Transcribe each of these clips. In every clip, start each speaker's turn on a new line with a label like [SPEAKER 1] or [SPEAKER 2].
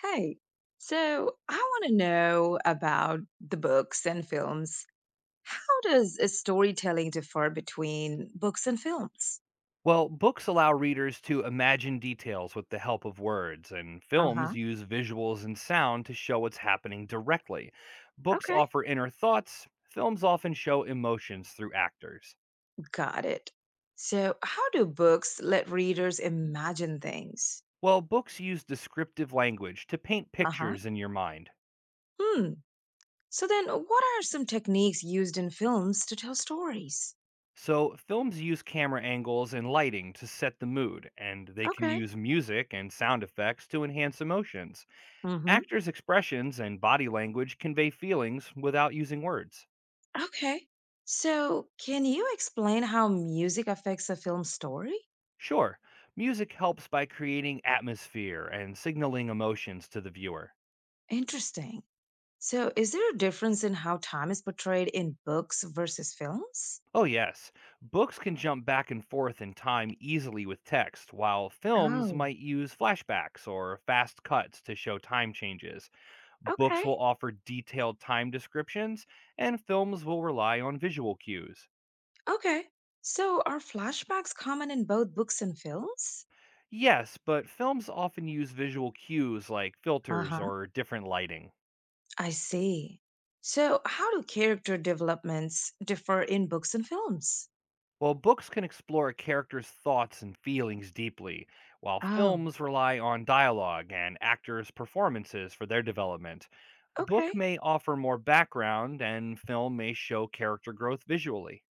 [SPEAKER 1] Hey, so I want to know about the books and films. How does storytelling differ between books and films?
[SPEAKER 2] Well, books allow readers to imagine details with the help of words, and
[SPEAKER 1] Uh huh.
[SPEAKER 2] films use visuals and sound to show what's happening directly. Books
[SPEAKER 1] Okay.
[SPEAKER 2] offer inner thoughts, films often show emotions through actors.
[SPEAKER 1] Got it. So, how do books let readers imagine things?
[SPEAKER 2] Well, books use descriptive language to paint
[SPEAKER 1] Uh huh.
[SPEAKER 2] pictures in your mind.
[SPEAKER 1] Hmm. So, then what are some techniques used in films to tell stories?
[SPEAKER 2] So, films use camera angles and lighting to set the mood, and they can
[SPEAKER 1] Okay.
[SPEAKER 2] use music and sound effects to enhance emotions.
[SPEAKER 1] Mm hmm.
[SPEAKER 2] Actors' expressions and body language convey feelings without using words.
[SPEAKER 1] Okay. So, can you explain how music affects a film story?
[SPEAKER 2] Sure, music helps by creating atmosphere and signaling emotions to the viewer.
[SPEAKER 1] Interesting. So, is there a difference in how time is portrayed in books versus films?
[SPEAKER 2] Oh, yes, books can jump back and forth in time easily with text, while films
[SPEAKER 1] Oh,
[SPEAKER 2] might use flashbacks or fast cuts to show time changes. Books
[SPEAKER 1] okay,
[SPEAKER 2] will offer detailed time descriptions, and films will rely on visual cues.
[SPEAKER 1] okay. So, are flashbacks common in both books and films?
[SPEAKER 2] Yes, but films often use visual cues like
[SPEAKER 1] Uh
[SPEAKER 2] filters
[SPEAKER 1] huh.
[SPEAKER 2] or different lighting.
[SPEAKER 1] I see. So, how do character developments differ in books and films?
[SPEAKER 2] While books can explore a character's thoughts and feelings deeply, while
[SPEAKER 1] Oh,
[SPEAKER 2] films rely on dialogue and actors' performances for their development, book
[SPEAKER 1] okay.
[SPEAKER 2] may offer more background and film may show character growth visually.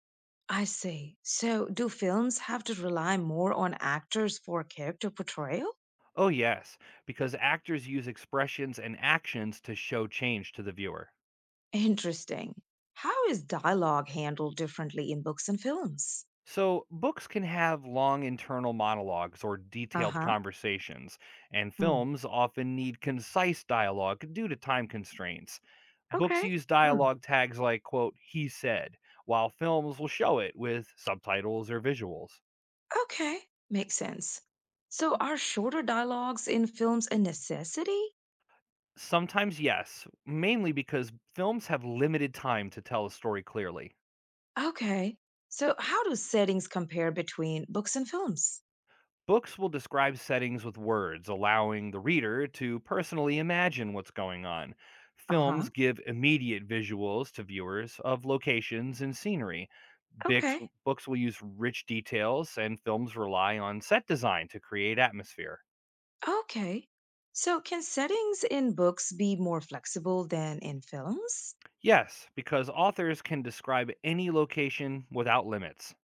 [SPEAKER 1] I see. So, do films have to rely more on actors for character portrayal?
[SPEAKER 2] Oh, yes, because actors use expressions and actions to show change to the viewer.
[SPEAKER 1] Interesting. How is dialogue handled differently in books and films?
[SPEAKER 2] So, books can have long internal monologues or
[SPEAKER 1] Uh
[SPEAKER 2] detailed
[SPEAKER 1] huh.
[SPEAKER 2] conversations, and films often need concise dialogue due to time constraints. Books
[SPEAKER 1] Okay.
[SPEAKER 2] use
[SPEAKER 1] Hmm.
[SPEAKER 2] dialogue tags like, quote, he said, while films will show it with subtitles or visuals.
[SPEAKER 1] Okay. Makes sense. So, are shorter dialogues in films a necessity?
[SPEAKER 2] Sometimes, yes, mainly because films have limited time to tell a story clearly.
[SPEAKER 1] Okay. So, how do settings compare between books and films?
[SPEAKER 2] Books will describe settings with words, allowing the reader to personally imagine what's going on.
[SPEAKER 1] Uh-huh.
[SPEAKER 2] Films give immediate visuals to viewers of locations and scenery. Bix,
[SPEAKER 1] Okay.
[SPEAKER 2] Books will use rich details, and films rely on set design to create atmosphere.
[SPEAKER 1] Okay. So, can settings in books be more flexible than in films?
[SPEAKER 2] Yes, because authors can describe any location without limits.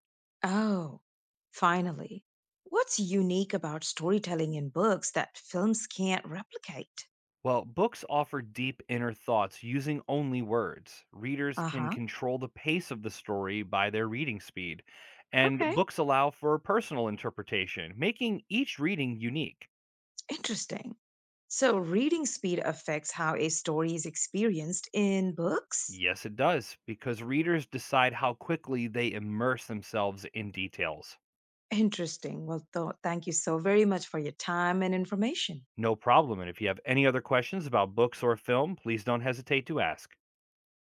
[SPEAKER 1] Oh, finally. What's unique about storytelling in books that films can't replicate?
[SPEAKER 2] Well, books offer deep inner thoughts using only words. Readers
[SPEAKER 1] Uh
[SPEAKER 2] can
[SPEAKER 1] huh.
[SPEAKER 2] control the pace of the story by their reading speed, and
[SPEAKER 1] Okay.
[SPEAKER 2] books allow for personal interpretation, making each reading unique.
[SPEAKER 1] Interesting. So, reading speed affects how a story is experienced in books?
[SPEAKER 2] Yes, it does, because readers decide how quickly they immerse themselves in details.
[SPEAKER 1] Interesting. Well, thank you so very much for your time and information.
[SPEAKER 2] No problem. And if you have any other questions about books or film, please don't hesitate to ask.